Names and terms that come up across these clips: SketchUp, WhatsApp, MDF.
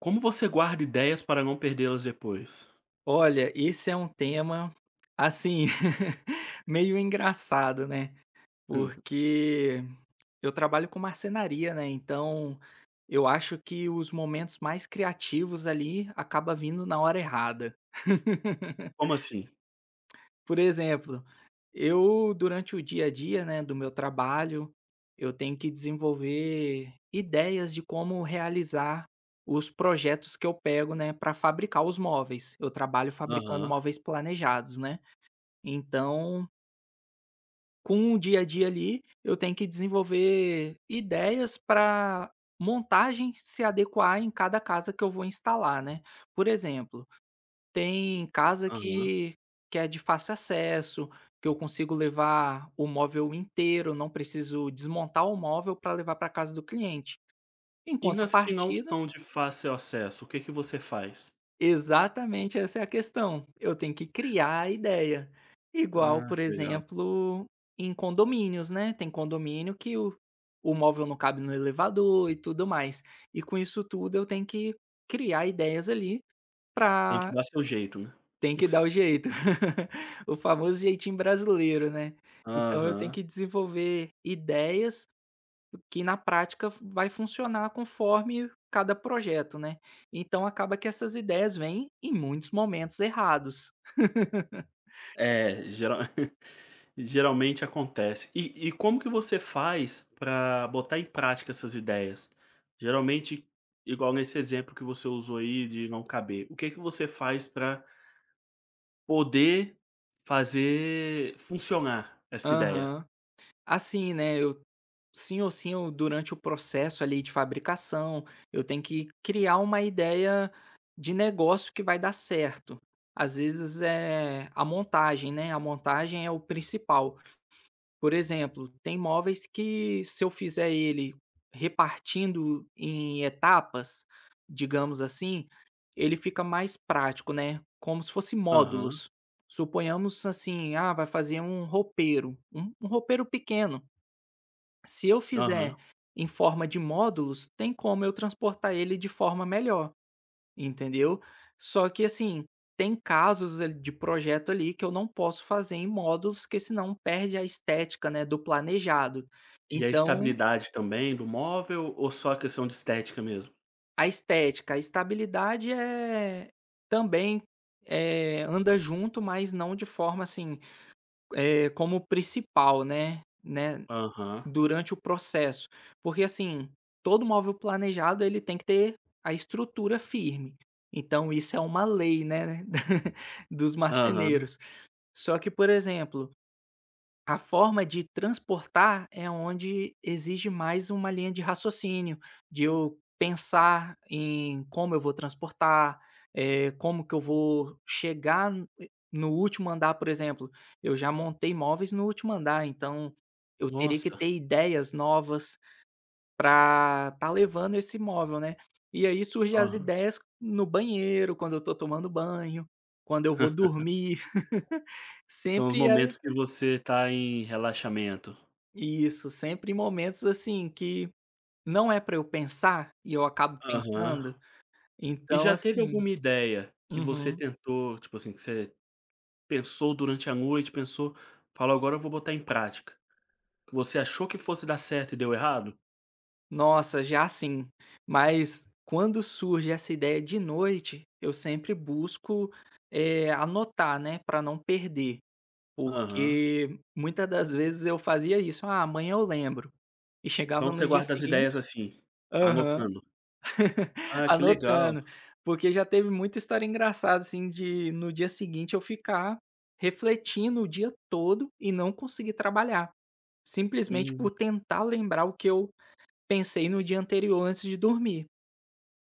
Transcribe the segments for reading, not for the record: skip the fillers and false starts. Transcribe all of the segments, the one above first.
Como você guarda ideias para não perdê-las depois? Olha, esse é um tema, assim, meio engraçado, né, Hum. porque eu trabalho com marcenaria, né, então eu acho que os momentos mais criativos ali acaba vindo na hora errada. Como assim? Por exemplo, eu durante o dia a dia, né, do meu trabalho, eu tenho que desenvolver ideias de como realizar os projetos que eu pego, né, para fabricar os móveis. Eu trabalho fabricando Aham, móveis planejados, né. Então, com o dia a dia ali, eu tenho que desenvolver ideias para montagem se adequar em cada casa que eu vou instalar, né. Por exemplo, tem casa aham. que é de fácil acesso, que eu consigo levar o móvel inteiro, não preciso desmontar o móvel para levar para casa do cliente. Em E nas que não contrapartida, são de fácil acesso, o que que você faz? exatamente essa é a questão, eu tenho que criar a ideia. Igual, Ah, por que legal. exemplo, em condomínios, né, tem condomínio que o móvel não cabe no elevador e tudo mais. E com isso tudo eu tenho que criar ideias ali Tem que para. dar seu jeito, né. Tem que dar o jeito. O famoso jeitinho brasileiro, né. Então eu tenho Aham. que desenvolver ideias que na prática vai funcionar conforme cada projeto, né. Então acaba que essas ideias vêm em muitos momentos errados. É, geral geralmente acontece. E como que você faz para botar em prática essas ideias? Geralmente, igual nesse exemplo que você usou aí de não caber, o que que você faz para poder fazer funcionar essa ideia? Aham. Assim, né, eu sim ou sim eu durante o processo ali de fabricação, eu tenho que criar uma ideia de negócio que vai dar certo. Às vezes, é a montagem, né, a montagem é o principal. Por exemplo, tem móveis que se eu fizer ele repartindo em etapas, digamos assim, ele fica mais prático, né, como se fosse Aham. módulos. Suponhamos assim, ah, vai fazer um roupeiro, um roupeiro pequeno. Se eu Aham. fizer em forma de módulos, tem como eu transportar ele de forma melhor. Entendeu? Só que assim, tem casos ali de projeto ali que eu não posso fazer em módulos, que senão perde a estética, né, do planejado. E a Então, estabilidade também do móvel ou só a questão de estética mesmo? a estética, a estabilidade, é também, anda junto, mas não de forma assim, como principal, né, Aham, durante o processo. Porque assim, todo móvel planejado ele tem que ter a estrutura firme, então isso é uma lei, né, dos aham. marceneiros. Só que, por exemplo, a forma de transportar é onde exige mais uma linha de raciocínio, de eu pensar em como eu vou transportar, como que eu vou chegar no último andar, por exemplo. Eu já montei móveis no último andar, então eu teria que Nossa, ter ideias novas para estar levando esse móvel, né. E aí surgem as aham. ideias no banheiro, quando eu estou tomando banho, quando eu vou dormir. São os Sempre é. momentos que você está em relaxamento. Isso, sempre em momentos, assim, que não é para eu pensar e eu acabo Aham. pensando, E então já teve assim. alguma ideia que você Uhum. tentou, tipo assim, que você pensou durante a noite, pensou: "Falou, agora eu vou botar em prática", que você achou que fosse dar certo e deu errado? Nossa, já sim. Mas quando surge essa ideia de noite, eu sempre busco, anotar, né, para não perder, Aham. porque muitas das vezes eu fazia isso: "Ah, amanhã eu lembro", e Então chegava no você dia guarda as seguinte. ideias assim, Aham. anotando. Ah, que legal. Anotando, porque já teve muita história engraçada, assim, de no dia seguinte eu ficar refletindo o dia todo e não conseguir trabalhar, simplesmente Hum. por tentar lembrar o que eu pensei no dia anterior antes de dormir.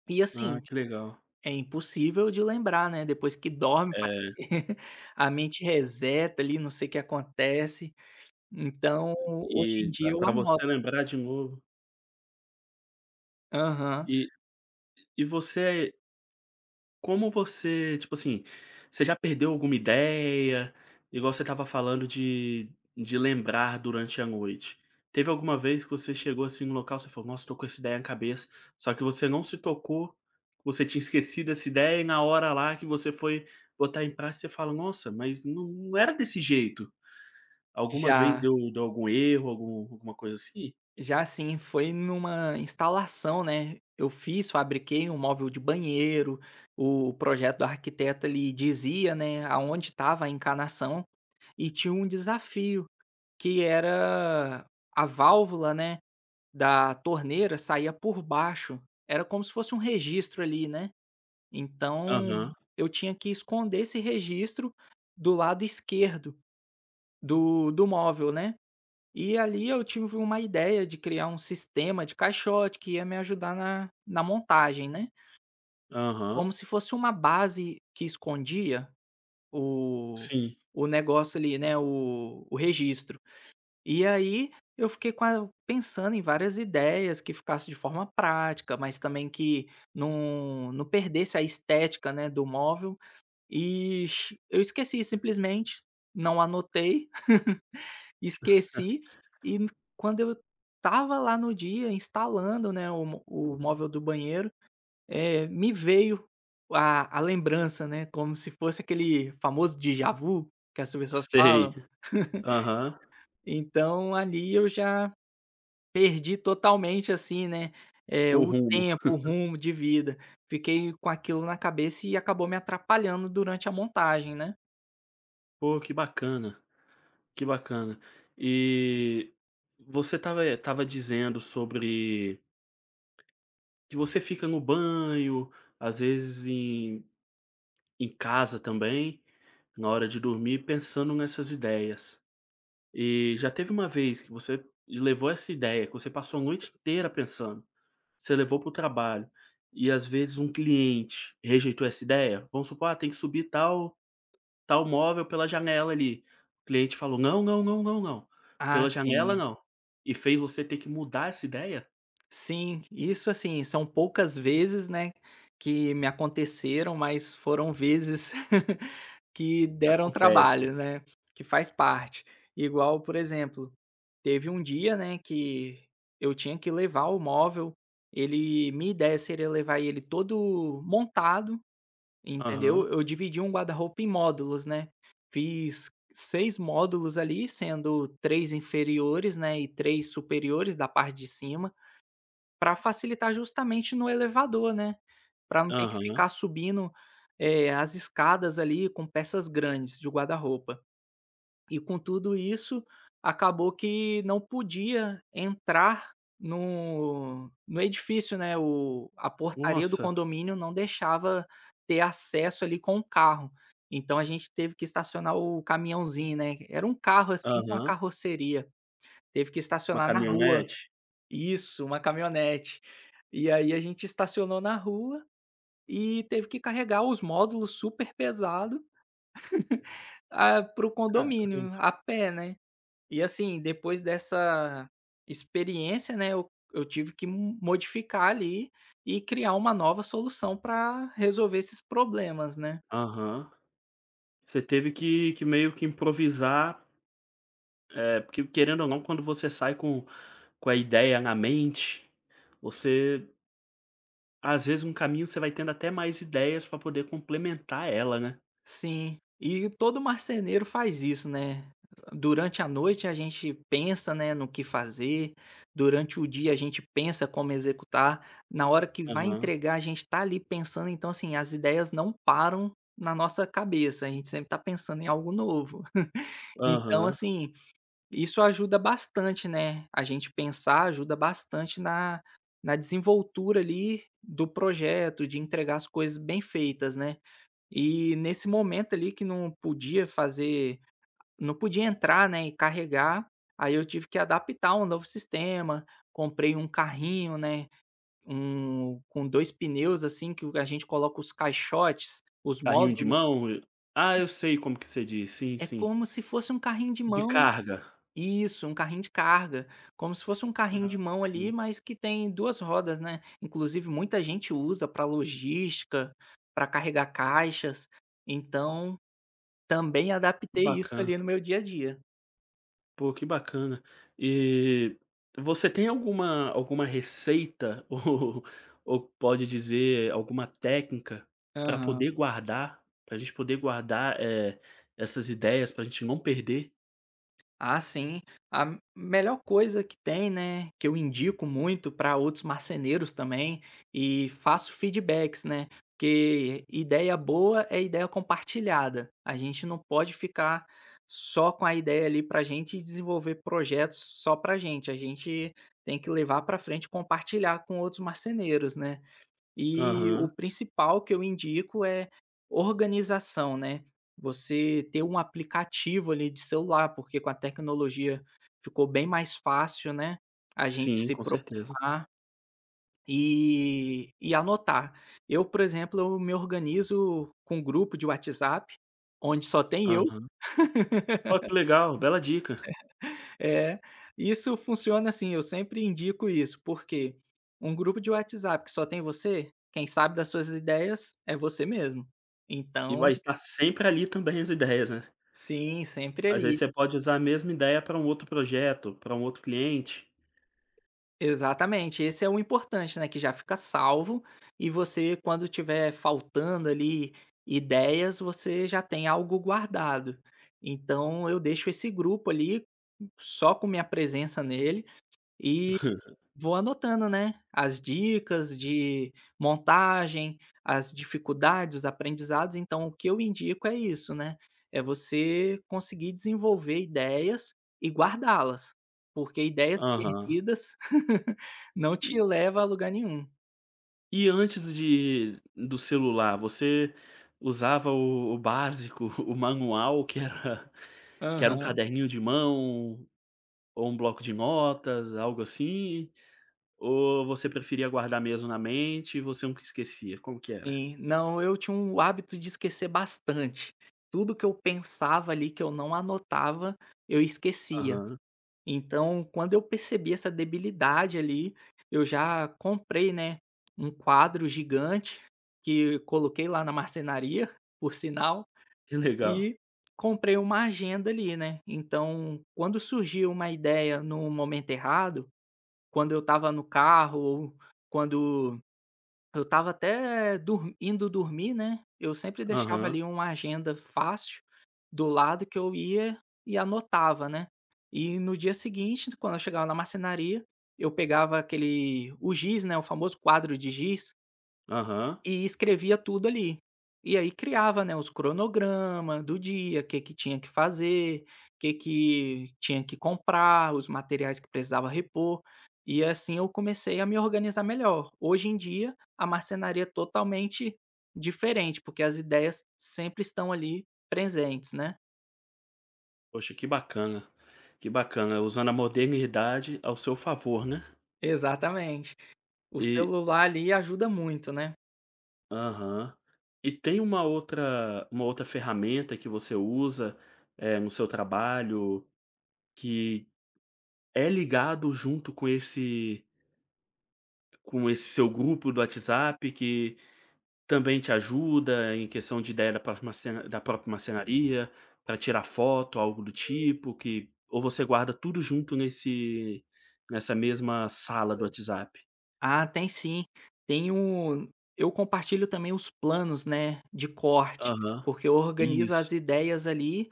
E Ah, assim, que legal. é impossível de lembrar, né, depois que dorme parece É. que a mente reseta ali, não sei o que acontece, então hoje em E dia eu para você anoto. lembrar de novo. Aham, E e você, como você tipo assim, você já perdeu alguma ideia? Igual você estava falando de lembrar durante a noite. Teve alguma vez que você chegou, assim, no local, você falou: "Nossa, tô com essa ideia na cabeça", só que você não se tocou, você tinha esquecido essa ideia e na hora lá que você foi botar em prática, você fala: "Nossa, mas não era desse jeito". Alguma vez já. eu deu algum erro, algum alguma coisa assim? Já sim, foi numa instalação, né, eu fiz, fabriquei um móvel de banheiro, o projeto do arquiteto ele dizia, né, aonde estava a encanação, e tinha um desafio, que era a válvula, né, da torneira saía por baixo, era como se fosse um registro ali, né, então Aham, eu tinha que esconder esse registro do lado esquerdo do móvel, né. E ali eu tive uma ideia de criar um sistema de caixote que ia me ajudar na montagem, né, aham, como se fosse uma base que escondia o sim. o negócio ali, né, o registro. E aí eu fiquei com a pensando em várias ideias que ficasse de forma prática, mas também que não perdesse a estética, né, do móvel, e eu esqueci simplesmente, não anotei. Esqueci e n- quando eu estava lá no dia instalando, né, o móvel do banheiro, me veio a lembrança, né, como se fosse aquele famoso déjà vu que as pessoas Sei. falam. Aham. Então ali eu já perdi totalmente, assim, né, O o rumo. tempo, o rumo de vida. Fiquei com aquilo na cabeça e acabou me atrapalhando durante a montagem, né. Pô, que bacana, que bacana. E você estava, estava dizendo sobre que você fica no banho, às vezes em casa também, na hora de dormir, pensando nessas ideias. E já teve uma vez que você levou essa ideia, que você passou a noite inteira pensando, você levou para o trabalho, e às vezes um cliente rejeitou essa ideia? Vamos supor: "Ah, tem que subir tal Tá o móvel pela janela ali. O cliente falou: "Não, não, não, não, não. Ah, Pela janela sim. não". E fez você ter que mudar essa ideia? Sim, isso assim, são poucas vezes, né, que me aconteceram, mas foram vezes que deram Acontece. trabalho, né, que faz parte. Igual, por exemplo, teve um dia, né, que eu tinha que levar o móvel, ele minha ideia seria levar ele todo montado, entendeu? Aham, Eu dividi um guarda-roupa em módulos, né, fiz 6 módulos ali, sendo 3 inferiores, né, e 3 superiores da parte de cima para facilitar justamente no elevador, né. Para não ter que ficar aham. subindo, as escadas ali com peças grandes de guarda-roupa. E com tudo isso, acabou que não podia entrar no edifício, né, o a portaria do Nossa. condomínio não deixava ter acesso ali com o carro. Então a gente teve que estacionar o caminhãozinho, né, era um carro, assim, com a Aham. carroceria, teve que Uma estacionar na rua. caminhonete? Isso, uma caminhonete. E aí a gente estacionou na rua e teve que carregar os módulos super pesado, ah, para o Caramba. condomínio, a pé, né. E assim, depois dessa experiência, né, eu tive que mo modificar ali e criar uma nova solução para resolver esses problemas, né. Aham. Você teve que meio que improvisar, porque querendo ou não, quando você sai com a ideia na mente, você às vezes, no caminho, você vai tendo até mais ideias pra poder complementar ela, né. Sim, e todo marceneiro faz isso, né. Durante a noite a gente pensa, né, no que fazer, durante o dia a gente pensa como executar, na hora que vai Aham, entregar a gente tá ali pensando, então, assim, as ideias não param na nossa cabeça, a gente sempre tá pensando em algo novo. Então, aham. assim, isso ajuda bastante, né, a gente pensar ajuda bastante na na desenvoltura ali do projeto, de entregar as coisas bem feitas, né. E nesse momento ali que não podia fazer não podia entrar, né, e carregar, aí eu tive que adaptar um novo sistema, comprei um carrinho, né, um com 2 pneus, assim, que a gente coloca os caixotes, os Carrinho de módulos mão? Ah, eu sei como que você diz. Sim, é sim. como se fosse um carrinho de De mão, carga. isso, um carrinho de carga, como se fosse um carrinho Ah, de mão ali, sim. mas que tem 2 rodas, né. Inclusive muita gente usa para logística, para carregar caixas, então também adaptei isso Bacana. ali no meu dia a dia. Pô, que bacana. E você tem alguma alguma receita ou pode dizer alguma técnica para Aham. poder guardar, para a gente poder guardar, essas ideias, para a gente não perder? Ah, sim. A melhor coisa que tem, né, que eu indico muito para outros marceneiros também, e faço feedbacks, né, porque ideia boa é ideia compartilhada. A gente não pode ficar só com a ideia ali para gente e desenvolver projetos só para gente. A gente tem que levar para frente e compartilhar com outros marceneiros, né. E o Aham. principal que eu indico é organização, né. Você ter um aplicativo ali de celular, porque com a tecnologia ficou bem mais fácil, né, a gente Sim, se com certeza. programar e anotar. Eu, por exemplo, eu me organizo com um grupo de WhatsApp, onde só tem eu. Aham. Ó, que legal, bela dica. É, isso funciona assim, eu sempre indico isso, porque um grupo de WhatsApp que só tem você, quem sabe das suas ideias é você mesmo. E Então, vai estar sempre ali também as ideias, né? sim, sempre Às ali. vezes você pode usar a mesma ideia para um outro projeto, para um outro cliente. Exatamente, esse é o importante, né, que já fica salvo e você quando tiver faltando ali ideias, você já tem algo guardado. Então eu deixo esse grupo ali, só com minha presença nele e vou anotando, né, as dicas de montagem, as dificuldades, os aprendizados, então o que eu indico é isso, né, é você conseguir desenvolver ideias e guardá-las, porque ideias Aham. perdidas não E te leva a lugar nenhum. e antes de do celular, você usava o básico, o manual, que era um Aham, caderninho de mão, ou um bloco de notas, algo assim? Ou você preferia guardar mesmo na mente e você nunca esquecia? Como que era? sim. Não, eu tinha um hábito de esquecer bastante. Tudo que eu pensava ali que eu não anotava, eu esquecia. Aham. Então, quando eu percebi essa debilidade ali, eu já comprei, né, um quadro gigante que coloquei lá na marcenaria, por sinal, Que legal. e comprei uma agenda ali, né. Então, quando surgiu uma ideia no momento errado, quando eu estava no carro ou quando eu estava até dor indo dormir, né, eu sempre deixava Aham, ali uma agenda fácil do lado que eu ia e anotava, né. E no dia seguinte, quando eu chegava na marcenaria, eu pegava aquele o giz, né, o famoso quadro de giz aham. e escrevia tudo ali. E aí criava, né, os cronograma do dia, o que que tinha que fazer, o que que tinha que comprar, os materiais que precisava repor, e assim eu comecei a me organizar melhor. Hoje em dia, a marcenaria é totalmente diferente, porque as ideias sempre estão ali presentes, né. Poxa, que bacana, usando a modernidade ao seu favor, né? Exatamente. O E celular ali ajuda muito, né. aham. E tem uma outra ferramenta que você usa, no seu trabalho, que é ligado junto com esse seu grupo do WhatsApp, que também te ajuda em questão de ideia da próxima cena da próxima cenaria, para tirar foto, algo do tipo, que ou você guarda tudo junto nesse nessa mesma sala do WhatsApp? Ah, tem sim. Tem um, eu compartilho também os planos, né, de corte, Aham. porque eu organizo as Isso. ideias ali,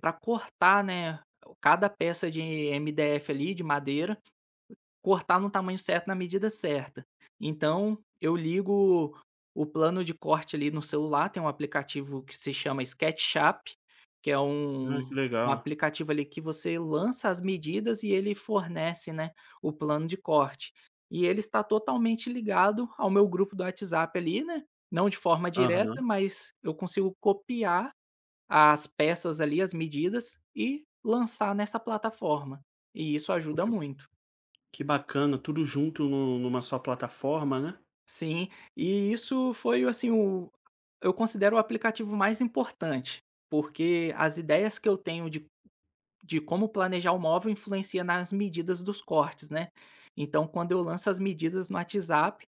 para cortar, né, cada peça de MDF ali, de madeira, cortar no tamanho certo, na medida certa. Então, eu ligo o plano de corte ali no celular, tem um aplicativo que se chama SketchUp, que é Ah, um que um legal. aplicativo ali que você lança as medidas e ele fornece, né, o plano de corte. E ele está totalmente ligado ao meu grupo do WhatsApp ali, né, não de forma Aham. direta, mas eu consigo copiar as peças ali, as medidas e lançar nessa plataforma, e isso ajuda muito. Que bacana, tudo junto nu numa só plataforma, né. Sim, e isso foi assim o eu considero o aplicativo mais importante, porque as ideias que eu tenho de como planejar o móvel influencia nas medidas dos cortes, né. Então quando eu lanço as medidas no WhatsApp,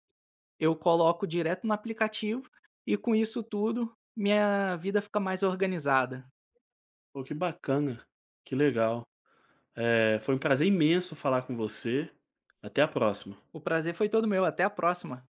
eu coloco direto no aplicativo e com isso tudo, minha vida fica mais organizada. Pô, que bacana, que legal. Foi um prazer imenso falar com você. Até a próxima. O prazer foi todo meu, até a próxima.